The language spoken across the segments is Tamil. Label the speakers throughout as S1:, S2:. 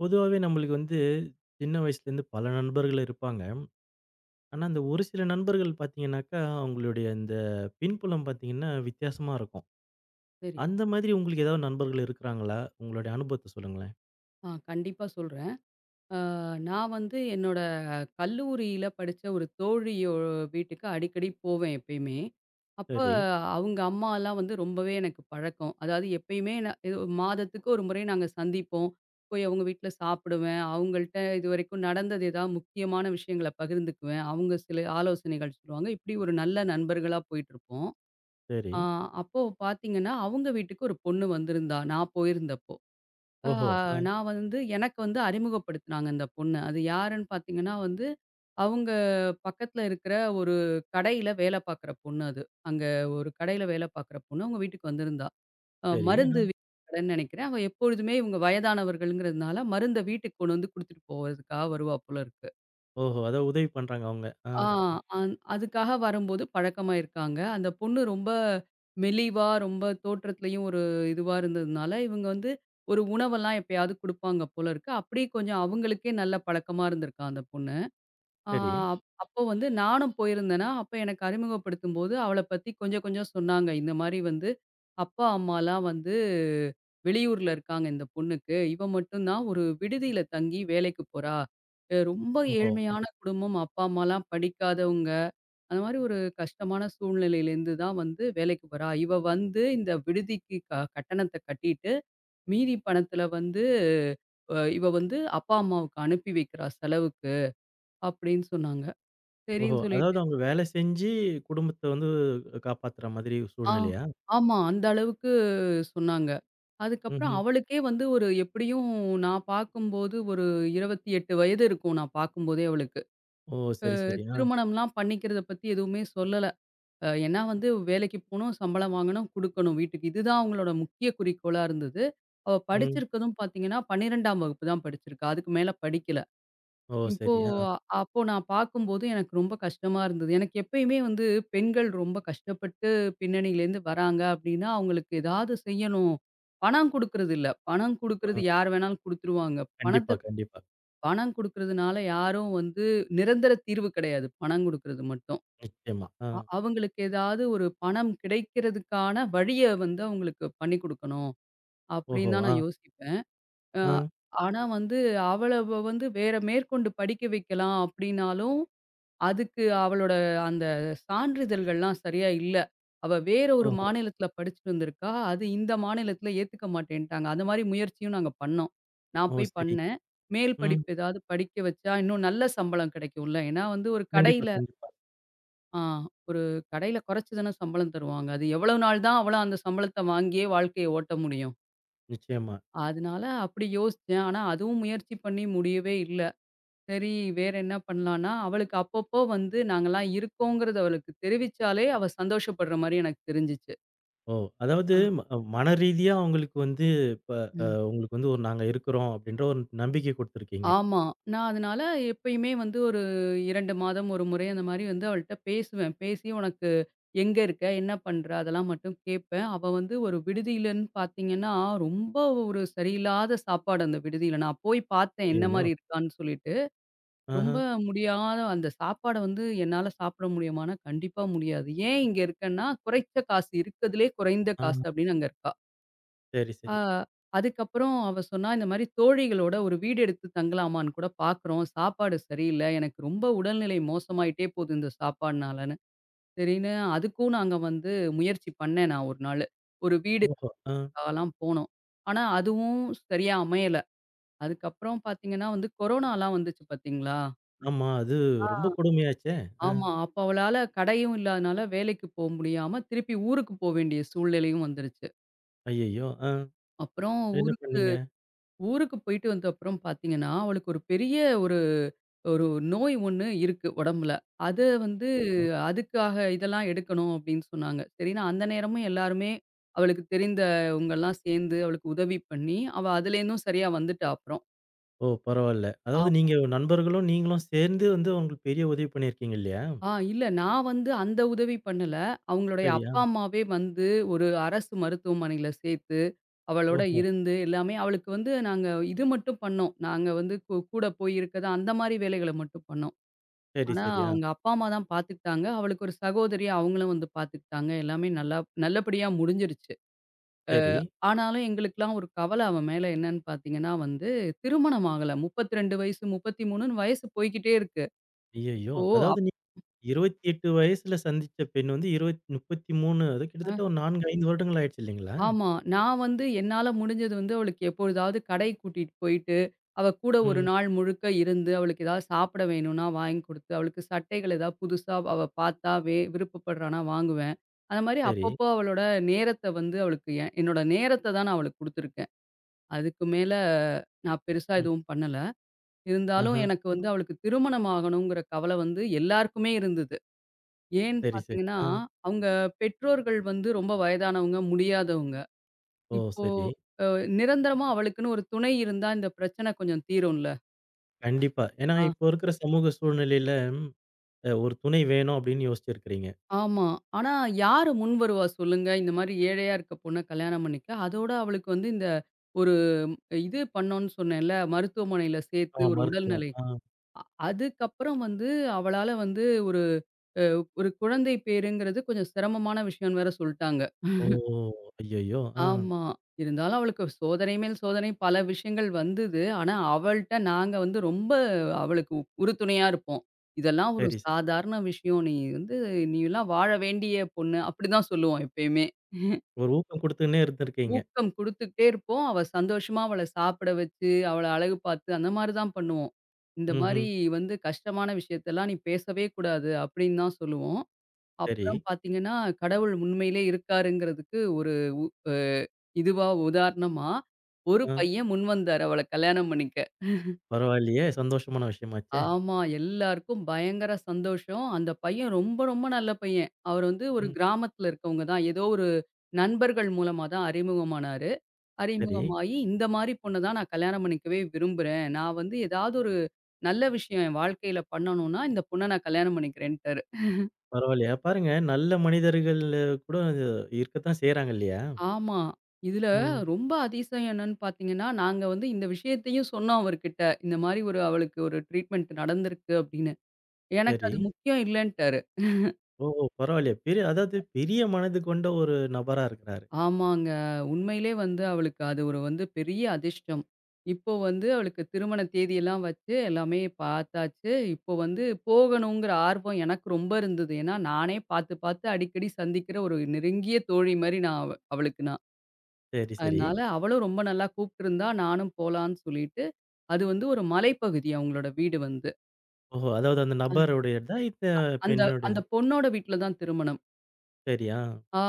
S1: பொதுவாவே நம்மளுக்கு சின்ன வயசுலேருந்து பல நண்பர்கள் இருப்பாங்க. ஆனா, அந்த ஒரு சில நண்பர்கள் பார்த்தீங்கன்னாக்கா, அவங்களுடைய இந்த பின்புலம் பார்த்தீங்கன்னா வித்தியாசமா இருக்கும்.
S2: சரி.
S1: அந்த மாதிரி உங்களுக்கு ஏதாவது நண்பர்கள் இருக்கிறாங்களா? உங்களுடைய அனுபவத்த சொல்லுங்களேன்.
S2: கண்டிப்பா சொல்றேன். ஆ நான் வந்து என்னோட கல்லூரியில படிச்ச ஒரு தோழியோ வீட்டுக்கு அடிக்கடி போவேன் எப்பயுமே. அப்ப
S1: சரி,
S2: அவங்க அம்மாலாம் வந்து ரொம்பவே எனக்கு பழக்கம். அதாவது எப்பயுமே நான் இது ஒரு மாதத்துக்கு ஒரு முறை நாங்க சந்திப்போம். போய் அவங்க வீட்ல சாப்பிடுவேன். அவங்கள்ட்ட இதுவரைக்கும் நடந்தது ஏதாவது முக்கியமான விஷயங்கள பகிர்ந்துக்குவேன். அவங்க சில ஆலோசனைகள் சொல்லுவாங்க. இப்படி ஒரு நல்ல நண்பர்களா போயிட்டுருப்போம்.
S1: சரி.
S2: ஆ அப்போ பார்த்தீங்கன்னா, அவங்க வீட்டுக்கு ஒரு பொண்ணு வந்திருந்தா, நான் போயிருந்தப்போ. அ
S1: ஓஹோ! ஆ.
S2: நான் வந்து எனக்கு வந்து அறிமுகப்படுத்துனாங்க இந்த பொண்ணு. அது யாருன்னு பார்த்தீங்கன்னா வந்து, அவங்க பக்கத்துல இருக்கிற ஒரு கடையில வேலை பார்க்குற பொண்ணு அது. அங்க ஒரு கடையில வேலை பார்க்குற பொண்ணு. அவங்க வீட்டுக்கு வந்திருந்தா. அ
S1: சரி.
S2: மருந்து
S1: ஆ.
S2: வி- கடைன்னு நெனைக்கிறேன். அவ எப்பொழுதுமே இவங்க வயதானவர்கள்ங்கிறதுனால, மருந்த வீட்டுக்கு கொண்டு வந்து குடுத்துட்டு போவதுக்காக வருவா போல இருக்கு.
S1: ஓஹோ! அதாவது உதவி பண்றாங்க அவங்க. ஆ.
S2: ஆ, அந் அதுக்காக வரும்போது பழக்கமா இருக்காங்க. அந்த பொண்ணு ரொம்ப மெலிவா, ரொம்ப தோற்றத்திலயும் ஒரு இதுவா இருந்ததுனால, இவங்க வந்து ஒரு உணவெல்லாம் எப்பயாவது குடுப்பாங்க போல இருக்கு. அப்படியே கொஞ்சம் அவங்களுக்கே நல்ல பழக்கமா இருந்திருக்காம் அந்த பொண்ணு. ஆ,
S1: சரி.
S2: அப்போ வந்து நானும் போயிருந்தேனா, அப்ப எனக்கு அறிமுகப்படுத்தும்போது அவள பத்தி கொஞ்சம் கொஞ்சம் சொன்னாங்க. இந்த மாரி வந்து அப்பா, அம்மாலாம் வந்து வெளியூர்ல இருக்காங்க இந்த பொண்ணுக்கு. இவ மட்டும் தான் ஒரு விடுதியில தங்கி வேலைக்கு போறா. ரொம்ப
S1: ஓஹோ!
S2: ஏழ்மையான குடும்பம். அப்பா, அம்மாலாம் படிக்காதவங்க. அந்த மாரி ஒரு கஷ்டமான சூழ்நிலையிலேருந்து தான் வந்து வேலைக்கு போறா. இவ வந்து இந்த விடுதிக்கு கட்டணத்த கட்டிட்டு, மீதி பணத்துல வந்து இவ வந்து அப்பா, அம்மாவுக்கு அனுப்பி வைக்கிறா செலவுக்கு, அப்படின்னு சொன்னாங்க.
S1: ஓஹோ!
S2: சரின்னு சொல்லிட்டு
S1: அதாவது அவங்க வேலை செஞ்சு குடும்பத்த காப்பாத்துற மாதிரி
S2: ஆ
S1: சூழ்நிலையா?
S2: ஆமா. அந்த அளவுக்கு சொன்னாங்க. அதுக்கப்புறம்
S1: ம்ஹ்ம்.
S2: அவளுக்கே வந்து ஒரு எப்படியும் நான் பார்க்கும்போது ஒரு 28 வயது இருக்கும் நான் பார்க்கும்போதே அவளுக்கு.
S1: ஓ! சரி, சரி. ஆ.
S2: திருமணம்லாம் பண்ணிக்கிறத பத்தி எதுவுமே சொல்லல. ஏன்னா வந்து வேலைக்கு போணும், சம்பளம் வாங்கணும், குடுக்கணும் வீட்டுக்கு. இதுதான் அவங்களோட முக்கிய குறிக்கோளா இருந்தது. அவ
S1: ம்.
S2: படிச்சிருக்கதும் பார்த்தீங்கன்னா, 12ஆம் வகுப்பு தான் படிச்சிருக்கா. அதுக்கு மேல படிக்கல.
S1: ஓ!
S2: இப்போ
S1: சரி. ஆ.
S2: அப்போ நான் பார்க்கும்போது எனக்கு ரொம்ப கஷ்டமா இருந்தது. எனக்கு எப்பயுமே வந்து பெண்கள் ரொம்ப கஷ்டப்பட்டு பின்னணியிலேருந்து வராங்க அப்படின்னா, அவங்களுக்கு ஏதாவது செய்யணும். பணம் குடுக்குறது இல்ல. பணம் குடுக்குறது
S1: ம்ஹ்ம்.
S2: யார் வேணாலும் குடுத்துருவாங்க.
S1: கண்டிப்பா,
S2: பணத்த
S1: கண்டிப்பா.
S2: பணம் குடுக்குறதுனால யாரும் வந்து நிரந்தர தீர்வு கிடையாது. பணம் குடுக்குறது மட்டும்.
S1: நிச்சயமா. ஆ.
S2: அவங்களுக்கு ஏதாவது ஒரு பணம் கிடைக்கிறதுக்கான வழிய வந்து அவங்களுக்கு பண்ணி குடுக்கணும்
S1: ஓஹோ!
S2: அப்படின்னு தான்
S1: ஆ.
S2: நான் யோசிப்பேன். அ
S1: ஆ.
S2: ஆனா வந்து அவள வந்து வேற மேற்கொண்டு படிக்க வைக்கலாம் அப்படின்னாலும், அதுக்கு அவளோட அந்த சான்றிதழ்கள்லாம் சரியா இல்ல. அவ வேற ஒரு
S1: ஓஹோ!
S2: மாநிலத்தில படிச்சுட்டு வந்திருக்கா. அது இந்த மாநிலத்தில ஏத்துக்க மாட்டேன்ட்டாங்க. அந்த மாரி முயற்சியும் நாங்க பண்ணோம். நான்
S1: ஓ!
S2: போய்
S1: சரி.
S2: பண்ணேன். மேல்
S1: ம்.
S2: படிப்பு ஏதாவது படிக்க வச்சா இன்னும் நல்ல சம்பளம் கிடைக்கும்ல. ஏன்னா வந்து ஒரு
S1: கண்டிப்பா,
S2: கடையில
S1: கண்டிப்பா.
S2: ஆ ஒரு கடையில குறைச்சு தானே சம்பளம் தருவாங்க. அது எவ்வளோ நாள் தான் அவளும் அந்த சம்பளத்த வாங்கியே வாழ்க்கைய ஓட்ட முடியும்.
S1: நிச்சயமா.
S2: அதனால அப்படி யோசிச்சேன். ஆனா அதுவும் முயற்சி பண்ணி முடியவே இல்ல. சரி, வேற என்ன பண்ணலான்னா, அவளுக்கு அப்பப்போ வந்து நாங்கலாம் இருக்கோங்கிறது அவளுக்கு தெரிவிச்சாலே, அவ சந்தோஷப்படுற மாரி எனக்கு தெரிஞ்சுச்சு.
S1: ஓ! அதாவது
S2: ஆ,
S1: மன ரீதியா அவங்களுக்கு இப்ப
S2: ம்.
S1: உங்களுக்கு ஒரு நாங்க இருக்கிறோம் அப்படின்ற ஒரு நம்பிக்கை குடுத்துருக்கீங்க.
S2: ஆமா. நான் அதனால எப்பயுமே வந்து ஒரு 2 மாதம் ஒரு முறை அந்த மாரி வந்து அவள்ட்ட பேசுவேன். பேசி உனக்கு எங்க இருக்க? என்ன பண்ற? அதெல்லாம் மட்டும் கேட்பேன். அவ வந்து ஒரு விடுதியிலன்னு பார்த்தீங்கன்னா, ரொம்ப ஒரு சரியில்லாத சாப்பாடு அந்த விடுதியில. நான் போய் பார்த்தேன் என்ன
S1: ஐய்யயோ!
S2: மாரி இருக்கான்னு சொல்லிட்டு.
S1: ஆஹா.
S2: ரொம்ப முடியாத அந்த சாப்பாட வந்து என்னால சாப்பிட முடியுமான்னா, கண்டிப்பா முடியாது. ஏன் இங்க இருக்கேன்னா, குறைச்ச காசு இருக்கதுலயே குறைந்த
S1: ஆ.
S2: காசு அப்படின்னு அங்க இருக்கா.
S1: சரி,
S2: ஆ
S1: சரி.
S2: அதுக்கப்புறம் அவ சொன்னா, "இந்த மாரி தோழிகளோட ஒரு வீடு எடுத்து தங்கலாமான்னு கூட பார்க்குறோம். சாப்பாடு சரியில்ல. எனக்கு ரொம்ப உடல்நிலை மோசமாயிட்டே போகுது இந்த சாப்பாடுனாலன்னு." சரின்னு அதுக்கும் நாங்க வந்து முயற்சி பண்ணேன் நான் ஒரு நாளு. ஒரு
S1: ஓஹோ! ஆ.
S2: வீடுக்காலாம் போனோம். ஆனா அதுவும் சரியா அமையல. அதுக்கப்புறம் பார்த்தீங்கன்னா வந்து கொரோனாலாம் வந்துச்சு பார்த்தீங்களா?
S1: ஆமா. அது
S2: ஆ.
S1: ரொம்ப கொடுமையாச்சே! ஆ.
S2: ஆமா. அப்ப அவளால கடையும் இல்லாதனால வேலைக்கு போ முடியாம, திருப்பி ஊருக்கு போ வேண்டிய சூழ்நிலையும் வந்துருச்சு.
S1: ஐய்யயோ! ஆ.
S2: அப்புறம்
S1: என்ன
S2: ஊருக்கு
S1: பண்ணீங்க?
S2: ஊருக்கு போயிட்டு வந்த அப்புறம் பார்த்தீங்கன்னா, அவளுக்கு ஒரு பெரிய ஒரு ஒரு நோய் ஒண்ணு இருக்கு உடம்புல. அத வந்து
S1: ஐய்யயோ!
S2: அதுக்காக இதெல்லாம் எடுக்கணும் அப்படின்னு சொன்னாங்க. சரின்னு அந்த நேரமும் எல்லாருமே அவளுக்கு தெரிந்தவங்கலாம் சேர்ந்து அவளுக்கு உதவி பண்ணி, அவ அதுலேருந்தும் சரியா வந்துட்டா அப்புறம்.
S1: ஓ! பரவால்ல.
S2: ஆ
S1: அதாவது நீங்க நண்பர்களும், நீங்களும் சேர்ந்து அவங்களுக்கு பெரிய உதவி பண்ணியிருக்கீங்க இல்லையா?
S2: ஆ இல்ல நான் வந்து அந்த உதவி பண்ணல. அவங்களுடைய
S1: சரியா?
S2: அப்பா, அம்மாவே வந்து ஒரு அரசு மருத்துவமனையில சேர்த்து அவளோட
S1: ஓஹோ!
S2: இருந்து எல்லாமே அவளுக்கு வந்து நாங்க இது மட்டும் பண்ணோம். நாங்க வந்து கூட போய் இருக்கது அந்த மாரி வேலைகள மட்டும் பண்ணோம்.
S1: சரி,
S2: ஆனா
S1: சரி. ஆ.
S2: அவங்க அப்பா, அம்மா தான் பார்த்துக்கிட்டாங்க. அவளுக்கு ஒரு சகோதரி அவங்களும் வந்து பார்த்துக்கிட்டாங்க. எல்லாமே நல்லா நல்லபடியா முடிஞ்சிருச்சு. அ
S1: சரி.
S2: ஆனாலும் எங்களுக்கெல்லாம் ஒரு கவல அவ மேல என்னன்னு பார்த்தீங்கன்னா வந்து திருமணம் ஆகல. 32 வயசு 33ன்னு வயசு போய்க்கிட்டே இருக்கு.
S1: ஐய்யயோ!
S2: இப்போ
S1: அதாவது 28 வயசுல சந்திச்ச பெண் வந்து இருவத் 33 அது கிட்டத்தட்ட
S2: அப்
S1: ஒரு 4, 5 வருடங்கள் ஆயிடுச்சு இல்லைங்களா?
S2: ஆமா. நான் வந்து என்னால முடிஞ்சது வந்து அவளுக்கு எப்பொழுதாவது கடை கூட்டிட்டு போயிட்டு, அவ கூட ஒரு
S1: ம்.
S2: நாள் முழுக்க இருந்து, அவளுக்கு ஏதாவது சாப்பிட வேணும்னா வாங்கி குடுத்து, அவளுக்கு சட்டைகள் ஏதாவது புதுசா அவ பார்த்தா விருப்பப்படுறான்னா வாங்குவேன். அந்த மாரி
S1: சரி.
S2: அப்பப்போ அவளோட நேரத்த வந்து அவளுக்கு என்னோட நேரத்த தான் நான் அவளுக்கு குடுத்துருக்கேன். அதுக்கு மேல நான் பெருசா
S1: ம்.
S2: எதுவும் பண்ணல. இருந்தாலும்
S1: ஆஹா.
S2: எனக்கு
S1: ம்.
S2: வந்து அவளுக்கு திருமணம் ஆகணுங்கிற கவல வந்து எல்லாருக்குமே இருந்தது. ஏன்னு
S1: சரி, சரி.
S2: பார்த்தீங்கன்னா,
S1: ஆ.
S2: அவங்க பெற்றோர்கள் வந்து ரொம்ப வயதானவங்க, முடியாதவங்க.
S1: ஓ!
S2: இப்போ
S1: சரி.
S2: அ நிரந்தரமா அவளுக்குன்னு ஒரு துணை இருந்தா இந்த பிரச்சனை கொஞ்சம் தீரும்ல.
S1: கண்டிப்பா. ஏன்னா
S2: ஆ.
S1: இப்போ இருக்கிற சமூக சூழ்நிலையில ஒரு துணை வேணும் அப்படின்னு யோசிச்சிருக்கிறீங்க.
S2: ஆமா. ஆனா யாரு முன் வருவா சொல்லுங்க? இந்த மாரி ஏழையா இருக்க பொண்ண கல்யாணம் பண்ணிக்க. அதோட அவளுக்கு வந்து இந்த ஒரு இது பண்ணோம்னு சொன்னேன்ல, மருத்துவமனையில
S1: ஆ
S2: சேர்த்து ஒரு
S1: மருத்துவம்.
S2: உடல்நிலை.
S1: ஆ.
S2: அதுக்கப்புறம் வந்து அவளால வந்து ஒரு அ ஒரு குழந்தை பேறுங்கிறது கொஞ்சம் சிரமமான விஷயம்னு வேற சொல்ட்டாங்க.
S1: ஓ! ஐயய்யோ! ஆ.
S2: ஆமா. இருந்தாலும் அவளுக்கு சோதனை மேல் சோதனை பல விஷயங்கள் வந்தது. ஆனா, அவள்ட்ட நாங்க வந்து ரொம்ப அவளுக்கு உறுதுணையா இருப்போம். இதெல்லாம் ஒரு
S1: சரி, சரி.
S2: சாதாரண விஷயம். நீ வந்து நீலாம் வாழ வேண்டிய பொண்ணு. அப்படிதான் சொல்லுவோம் எப்பயுமே.
S1: ஒரு ஊக்கம் குடுத்துன்னே இருந்திருக்கீங்க.
S2: ஊக்கம் குடுத்துக்கிட்டே இருப்போம். அவ சந்தோஷமா அவள சாப்பிட வச்சு, அவள அழகு பார்த்து அந்த மாரி தான் பண்ணுவோம். இந்த
S1: ம்ஹ்ம்.
S2: மாரி வந்து கஷ்டமான விஷயத்தெல்லாம் நீ பேசவே கூடாது அப்படின்னு தான் சொல்லுவோம்.
S1: சரி.
S2: அப்புறம் பார்த்தீங்கன்னா, கடவுள் உண்மையிலே இருக்காருங்கிறதுக்கு ஒரு அ இதுவா உதாரணமா, ஒரு
S1: ஆ.
S2: பையன் முன் வந்தாரு அவள கல்யாணம் பண்ணிக்க.
S1: பரவாயில்லையே! சந்தோஷமான விஷயமாச்சே!
S2: ஆமா, எல்லாருக்கும் பயங்கர சந்தோஷம். அந்த பையன் ரொம்ப, ரொம்ப நல்ல பையன். அவர் வந்து ஒரு
S1: ம்.
S2: கிராமத்துல இருக்கவங்க தான். ஏதோ ஒரு நண்பர்கள் மூலமா தான் அறிமுகமானாரு.
S1: சரி.
S2: அறிமுகமாயி, இந்த மாரி பொண்ண தான் நான் கல்யாணம் பண்ணிக்கவே விரும்புறேன். நான் வந்து ஏதாவது ஒரு நல்ல விஷயம் என் வாழ்க்கையில பண்ணணும்னா, இந்த பொண்ண நான் கல்யாணம் பண்ணிக்கிறேன்ட்டாரு.
S1: பரவாயில்லையா? பாருங்க நல்ல மனிதர்கள் கூட இருக்கத்தான் செய்றாங்க இல்லையா?
S2: ஆமா. இதுல
S1: ம்.
S2: ரொம்ப அதிசயம் என்னன்னு பார்த்தீங்கன்னா, நாங்க வந்து இந்த விஷயத்தையும் சொன்னோம் அவர்கிட்ட. இந்த மாரி ஒரு அவளுக்கு ஒரு ட்ரீட்மெண்ட் நடந்திருக்கு அப்படின்னு. எனக்கு
S1: சரி.
S2: அது முக்கியம் இல்லன்ட்டாரு.
S1: ஓஹோ! பரவாயில்லையே. பெரிய அதாவது பெரிய மனது கொண்ட ஒரு நபரா இருக்கிறாரு.
S2: ஆமாங்க. உண்மையிலே வந்து அவளுக்கு அது ஒரு வந்து பெரிய அதிர்ஷ்டம். இப்போ வந்து அவளுக்கு திருமண தேதியெல்லாம் வச்சு எல்லாமே பார்த்தாச்சு. இப்போ வந்து போகணுங்கிற ஆர்வம் எனக்கு ரொம்ப இருந்தது. ஏன்னா, நானே பார்த்து பார்த்து அடிக்கடி சந்திக்கிற ஒரு நெருங்கிய தோழி மாரி நான் அவளுக்கு நான்
S1: சரி, சரி.
S2: அதனால அவளும் ரொம்ப நல்லா கூப்பிட்டுருந்தா, நானும் போலான்னு சொல்லிட்டு, அது வந்து ஒரு மலைப்பகுதி அவங்களோட வீடு வந்து.
S1: ஓஹோ! அதாவது அந்த நபருடையதா? இந்த
S2: அந்த அந்த
S1: பெண்ணுடையதா?
S2: பொண்ணோட வீட்ல தான் திருமணம்.
S1: சரி. ஆ.
S2: ஆ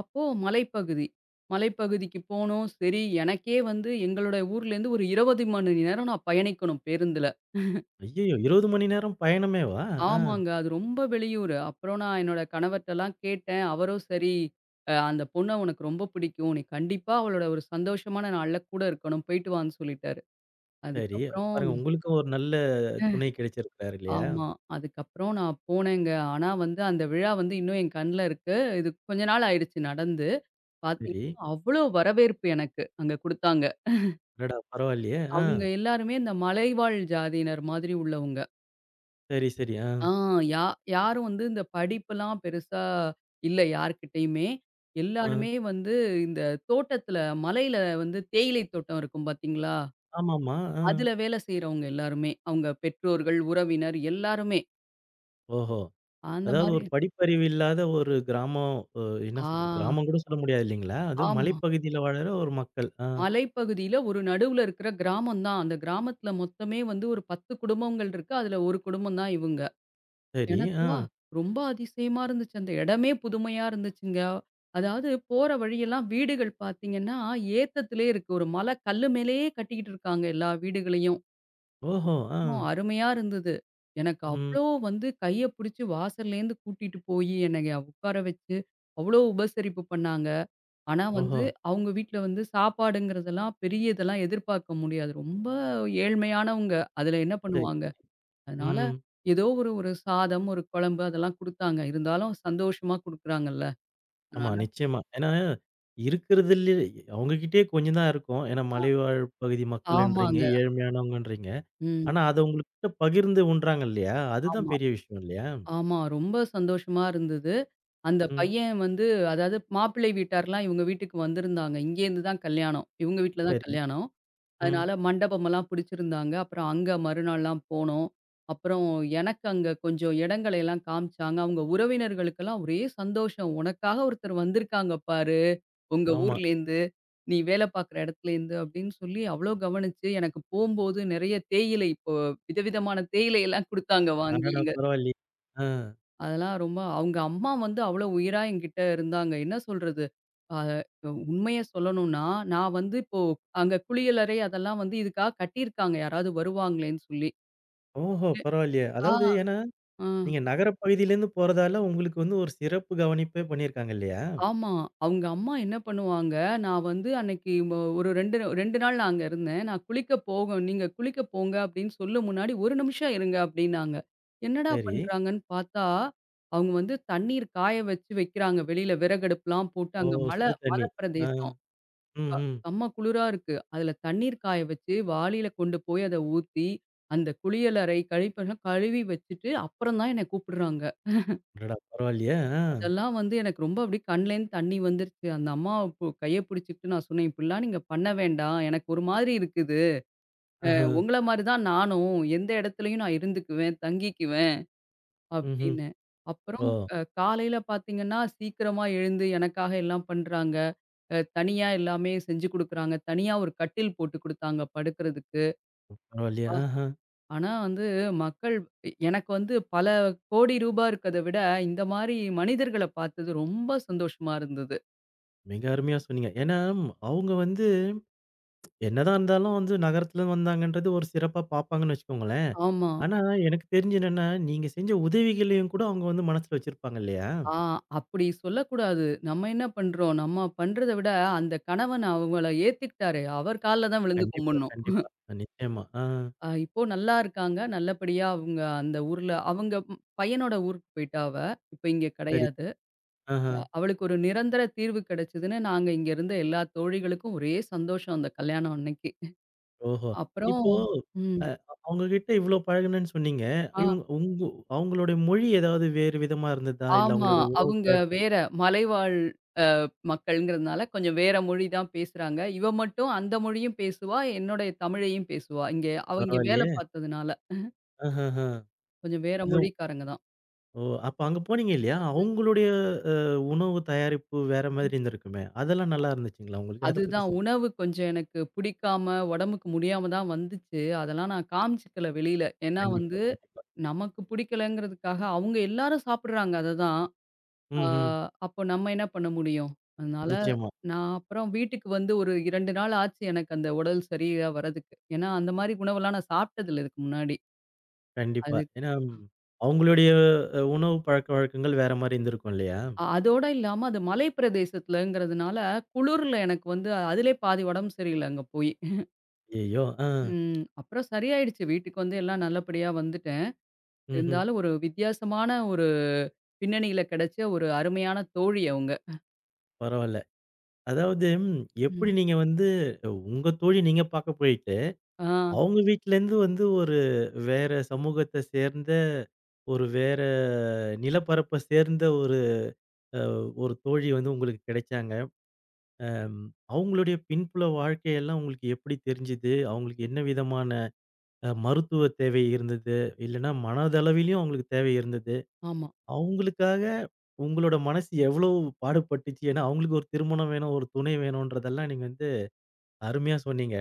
S2: அப்போ மலைப்பகுதி. மலைப்பகுதிக்கு போனோம். சரி, எனக்கே வந்து எங்களோட ஊர்லேருந்து ஒரு 20 மணி நேரம் நான் பயணிக்கணும் பேருந்துல.
S1: ஐய்யயோ! 20 மணி நேரம் பயணமேவா? ஆ.
S2: ஆமாங்க. அது ரொம்ப வெளியூரு. அப்புறம் நான் என்னோட கணவர்ட்டலாம் கேட்டேன். அவரும் சரி, அந்த பொண்ண உனக்கு ரொம்ப பிடிக்கும். நீ கண்டிப்பா அவளோட ஒரு சந்தோஷமான நாள்ல கூட இருக்கணும். போயிட்டு வான்னு சொல்லிட்டாரு.
S1: சரி.
S2: அதுக்கப்புறம்
S1: பாருங்க உங்களுக்கும் ஒரு நல்ல துணை கிடைச்சிருக்கிறாரு இல்லையா?
S2: ஆமா. அதுக்கப்புறம் நான் போனேங்க. ஆனா வந்து அந்த விழா வந்து இன்னும் என் கண்ல இருக்கு. இது கொஞ்ச நாள் ஆயிடுச்சு நடந்து. பார்த்தீங்கன்னா,
S1: சரி.
S2: அவ்ளோ வரவேற்பு எனக்கு அங்க குடுத்தாங்க.
S1: அடடா! பரவாயில்லையே! ஆ.
S2: அவங்க எல்லாருமே இந்த மலைவாழ் ஜாதியினர் மாதிரி உள்ளவங்க.
S1: சரி, சரி. ஆ,
S2: ஆ யா யாரும் வந்து இந்த படிப்புலாம் பெருசா இல்ல யார்கிட்டயுமே.
S1: ஆ.
S2: எல்லாருமே வந்து இந்த தோட்டத்தில மலையில வந்து தேயிலை தோட்டம் இருக்கும் பார்த்தீங்களா?
S1: ஆமாமா. ஆ.
S2: அதுல வேலை செய்றவங்க எல்லாருமே. அவங்க பெற்றோர்கள், உறவினர் எல்லாருமே.
S1: ஓஹோ!
S2: அந்த
S1: அதாவது
S2: மாரி
S1: ஒரு படிப்பறிவு இல்லாத ஒரு கிராமம் என்ன
S2: ஆ.
S1: சொல்றது? கிராமம் கூட சொல்ல முடியாது இல்லைங்களா? அது
S2: ஆமா.
S1: மலைப்பகுதியில வாழற ஒரு மக்கள். ஆ.
S2: மலைப்பகுதியில ஒரு நடுவுல இருக்கிற கிராமம் தான். அந்த கிராமத்துல மொத்தமே வந்து ஒரு 10 குடும்பங்கள் இருக்கு. அதுல ஒரு குடும்பம் தான் இவுங்க.
S1: சரி. ஆ.
S2: எனக்கா ரொம்ப அதிசயமா இருந்துச்சு. அந்த இடமே புதுமையா இருந்துச்சுங்க. அதாவது போற வழியெல்லாம் வீடுகள் பார்த்தீங்கன்னா, ஏத்தத்திலே இருக்கு. ஒரு மலை கல்லு மேலேயே கட்டிக்கிட்டு இருக்காங்க எல்லா வீடுகளையும்.
S1: ஓஹோ! ஆ.
S2: அவ்ளோ அருமையா இருந்தது. எனக்கு
S1: ம்.
S2: அவ்ளோ வந்து கைய புடிச்சு வாசல்லேருந்து கூட்டிட்டு போயி என்னைய உட்கார வச்சு, அவ்ளோ உபசரிப்பு பண்ணாங்க. ஆனா
S1: ஓஹோ!
S2: வந்து, அவங்க வீட்ல வந்து சாப்பாடுங்கிறதெல்லாம் பெரிய இதெல்லாம் எதிர்பார்க்க முடியாது. ரொம்ப ஏழ்மையானவங்க. அதுல என்ன
S1: சரி.
S2: பண்ணுவாங்க? அதனால
S1: ம்.
S2: ஏதோ ஒரு ஒரு சாதம், ஒரு குழம்பு அதெல்லாம் குடுத்தாங்க. இருந்தாலும் சந்தோஷமா குடுக்குறாங்கல்ல.
S1: ஆமா,
S2: அதனால
S1: நிச்சயமா. ஏன்னா, இருக்கிறதிலே அவங்க கிட்டயே கொஞ்சம் தான் இருக்கும். ஏன்னா,
S2: ஆ
S1: மலைவாழ் பகுதி மக்கள்ன்றீங்க,
S2: ஆமாங்க.
S1: ஏழ்மையானவங்கன்றீங்க.
S2: ம்.
S1: ஆனா, அத உங்ககிட்ட பகிர்ந்து உண்றாங்க இல்லையா? அதுதான்
S2: ஆமா,
S1: பெரிய விஷயம் இல்லையா?
S2: ஆமா. ரொம்ப சந்தோஷமா இருந்தது. அந்த
S1: ம்.
S2: பையன் வந்து அதாவது மாப்பிள்ளை வீட்டார்லாம் இவங்க வீட்டுக்கு வந்திருந்தாங்க. இங்கேருந்து தான் கல்யாணம். இவங்க வீட்ல தான்
S1: சரி.
S2: கல்யாணம்.
S1: ம்.
S2: அதனால மண்டபமெல்லாம் பிடிச்சிருந்தாங்க. அப்புறம் அங்க மறுநாள்லாம் போனோம். அப்புறம் எனக்கு அங்க கொஞ்சம் இடங்களை எல்லாம் காமிச்சாங்க. அவங்க உறவினர்களுக்கெல்லாம் ஒரே சந்தோஷம். "உனக்காக ஒருத்தர் வந்திருக்காங்க பாரு, உங்க
S1: ஆமா.
S2: ஊர்லேருந்து, நீ வேலை பார்க்குற இடத்துலேருந்து" அப்படின்னு சொல்லி அவ்ளோ கவனிச்சு, எனக்கு போம்போது நெறைய தேயிலை இப்போ விதவிதமான தேயிலை எல்லாம் குடுத்தாங்க வாங்கி.
S1: அடடா!
S2: எங்க
S1: பரவாயில்லையே! ஆ.
S2: அதெல்லாம் ரொம்ப அவங்க அம்மா வந்து அவ்வளோ உயிரா என்கிட்ட இருந்தாங்க. என்ன சொல்றது? அ உண்மைய சொல்லணும்னா, நான் வந்து இப்போ அங்க குளியலறை அதெல்லாம் வந்து இதுக்காக கட்டியிருக்காங்க. யாராவது வருவாங்களேன்னு சொல்லி.
S1: ஓஹோ!
S2: இ
S1: பரவாயில்லையே!
S2: ஆ,
S1: அதாவது ஏன்னா,
S2: அ
S1: நீங்க நகரப் பகுதியிலேருந்து போறதால உங்களுக்கு ஒரு சிறப்பு கவனிப்பே பண்ணியிருக்காங்க இல்லையா?
S2: ஆமா. அவங்க அம்மா என்ன பண்ணுவாங்க, நான் வந்து அன்னைக்கு ஒரு 2 நாள் நான் அங்க இருந்தேன். நான் குளிக்க போக நீங்க குளிக்க போங்க அப்படின்னு சொல்லும் முன்னாடி, 1 நிமிஷம் இருங்க அப்படின்னாங்க. என்னடா
S1: சரி.
S2: பண்றாங்கன்னு பார்த்தா, அவங்க வந்து தண்ணீர் காய வச்சு வைக்கிறாங்க வெளியில விறகடுப்புலாம் போட்டு,
S1: ஓ!
S2: அங்க மலை
S1: சுடு தண்ணி.
S2: மலை
S1: ஆ.
S2: பிரதேசம்.
S1: ம்ஹ்ம்.
S2: செம்ம குளிரா இருக்கு. அதுல தண்ணீர் காய வச்சு, வாளியில கொண்டு போய் அத ஊத்தி, அந்த குளியலறை கழிப்பறை கழுவி வச்சுட்டு, அப்புறம் தான் என்ன கூப்பிடுறாங்க.
S1: அடடா! பரவாயில்லையே! ஆ.
S2: அதெல்லாம் வந்து எனக்கு ரொம்ப அப்படியே கண்லேருந்து தண்ணி வந்துருச்சு. அந்த அம்மாவ கைய பிடிச்சுக்கிட்டு நான் சொன்னேன், "இப்படிலாம் நீங்க பண்ண வேண்டாம். எனக்கு ஒரு மாதிரி இருக்குது.
S1: ஆஹ.
S2: உங்கள மாரி தான் நானும். எந்த இடத்துலயும் நான் இருந்துக்குவேன், தங்கிக்குவேன்"
S1: ம்ஹ்ம்.
S2: அப்படின்னு. அப்புறம்
S1: ஓ!
S2: காலையில பார்த்தீங்கன்னா, சீக்கிரமா எழுந்து எனக்காக எல்லாம் பண்றாங்க. தனியா எல்லாமே செஞ்சு குடுக்குறாங்க. தனியா ஒரு கட்டில் போட்டு குடுத்தாங்க படுக்கிறதுக்கு.
S1: பரவாயில்லையே. ஆஹா.
S2: ஆனா வந்து மக்கள் எனக்கு வந்து பல கோடி ரூபா இருக்கத விட, இந்த மாரி மனிதர்கள பார்த்தது ரொம்ப சந்தோஷமா இருந்தது.
S1: மிக அருமையா சொன்னீங்க. ஏன்னா, அவங்க என்னதான் இருந்தாலும் நகரத்துல வந்தாங்கன்றது ஒரு சிறப்பா பார்ப்பாங்கன்னு வச்சுக்கோங்களேன்.
S2: ஆமா.
S1: ஆனா, எனக்கு தெரிஞ்சு என்னன்னா, நீங்க செஞ்ச உதவிகளையும் கூட அவங்க மனசுல வச்சிருப்பாங்க இல்லையா?
S2: ஆ அப்படி சொல்லக்கூடாது. நம்ம என்ன பண்றோம்? நம்ம பண்றத விட அந்த கணவன் அவங்கள ஏத்துக்கிட்டாரு. அவர் கால்ல தான் விழுந்து
S1: கண்டிப்பா,
S2: கும்பிடணும்.
S1: கண்டிப்பா. நிச்சயமா. ஆ.
S2: இப்போ நல்லா இருக்காங்க. நல்லபடியா அவங்க அந்த ஊர்ல அவங்க ம் பையனோட ஊருக்கு போயிட்டா அவ. இப்ப இங்க
S1: சரி.
S2: கிடையாது.
S1: ஆஹா.
S2: அவளுக்கு ஒரு நிரந்தர தீர்வு கிடைச்சதுன்னு நாங்க இங்க இருந்த எல்லா தோழிகளுக்கும் ஒரே சந்தோஷம் அந்த கல்யாணம் அன்னைக்கு.
S1: ஓஹோ! இப்போ
S2: அப்புறம் ம்.
S1: அ அவங்க கிட்ட இவ்ளோ பழகுனேன்னு சொன்னீங்க. இவங்க உங்க அவங்களுடைய மொழி ஏதாவது வேறு விதமா இருந்ததா? இல்ல
S2: ஆமா.
S1: அவங்களுடைய உணவு
S2: அவங்க
S1: பழக்கம்
S2: வேற மலைவாழ் மக்கள்ங்கிறதுனால கொஞ்சம் வேற மொழி தான் பேசுறாங்க. இவ மட்டும் அந்த மொழியும் பேசுவா, என்னுடைய தமிழையும் பேசுவா. இங்க அவைங்க வேலை
S1: பரவாயில்லையே.
S2: பார்த்ததுனால.
S1: ஆஹஹ.
S2: கொஞ்சம் வேற
S1: இது
S2: மொழிக்காரங்க தான்.
S1: ஓ! அப்ப அங்க போனீங்க இல்லையா? அவங்களுடைய அ உணவு தயாரிப்பு வேற
S2: ம்.
S1: மாதிரி இருந்திருக்குமே! அதெல்லாம் நல்லா இருந்துச்சுங்களா உங்களுக்கு? அத பத்தி
S2: அதுதான்
S1: சொல்
S2: உணவு கொஞ்சம் எனக்கு பிடிக்காம, உடம்புக்கு முடியாம தான் வந்துச்சு. அதெல்லாம் நான் காமிச்சுக்கல வெளியில. ஏன்னா
S1: கண்டிப்பா,
S2: வந்து
S1: கண்டிப்பா.
S2: நமக்கு பிடிக்கலங்கிறதுக்காக அவங்க எல்லாரும் சாப்பிடுறாங்க அததான். ஆ
S1: ம்ஹ்ம்.
S2: அப்போ நம்ம என்ன பண்ண முடியும்? அதனால
S1: நிச்சயமா.
S2: நான் அப்புறம் வீட்டுக்கு வந்து ஒரு 2 நாள் ஆச்சு எனக்கு அந்த உடல் சரியா வரதுக்கு. ஏன்னா, அந்த மாரி உணவெல்லாம் நான் சாப்பிட்டதில்ல இதுக்கு முன்னாடி.
S1: கண்டிப்பா.
S2: அது
S1: ஏன்னா, அவங்களுடைய உணவு பழக்கவழக்கங்கள் வேற மாரி இருந்திருக்கும் இல்லையா?
S2: அதோட இல்லாம அது மலை பிரதேசத்துலங்கிறதுனால குளிர்ல எனக்கு வந்து அதிலே பாதி உடம்பு சரியில்ல அங்க போயி.
S1: ஐயய்யோ! ஆ.
S2: ம். அப்புறம் சரியாயிடுச்சு. வீட்டுக்கு வந்து எல்லாம் நல்லபடியா வந்துட்டேன்.
S1: ம்ஹ்ம்.
S2: இருந்தாலும் ஒரு வித்தியாசமான ஒரு பின்னணியில கிடைச்ச ஒரு அருமையான தோழி அவங்க.
S1: பரவால்ல. அதாவது
S2: ம்.
S1: எப்படி நீங்க உங்க தோழி நீங்க பாக்க போயிட்டு,
S2: ஆ
S1: அவங்க வீட்லேருந்து ஒரு வேற சமூகத்த சேர்ந்த, ஒரு வேற நிலப்பரப்ப சேர்ந்த ஒரு அ ஒரு தோழி உங்களுக்கு கிடைச்சாங்க. அம் அவங்களுடைய பின்புல வாழ்க்கையெல்லாம் உங்களுக்கு எப்படி தெரிஞ்சுது? அவங்களுக்கு என்ன விதமான மருத்துவ தேவை இருந்தது? இல்லன்னா மனதளவிலயும் அவங்களுக்கு தேவை இருந்தது.
S2: ஆமா.
S1: அவங்களுக்காக உங்களோட மனசு எவ்வளோ பாடுபட்டுச்சு? ஏன்னா, அவங்களுக்கு ஒரு திருமணம் வேணும், ஒரு துணை வேணுன்றதெல்லாம் நீங்க அருமையா சொன்னீங்க.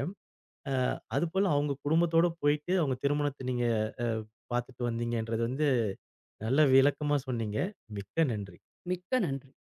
S1: அ அதுபோல அவங்க குடும்பத்தோட போயிட்டு அவங்க திருமணத்த நீங்க அ பார்த்துட்டு வந்தீங்கன்றது நல்ல விளக்கமா சொன்னீங்க. மிக்க நன்றி.
S2: மிக்க நன்றி.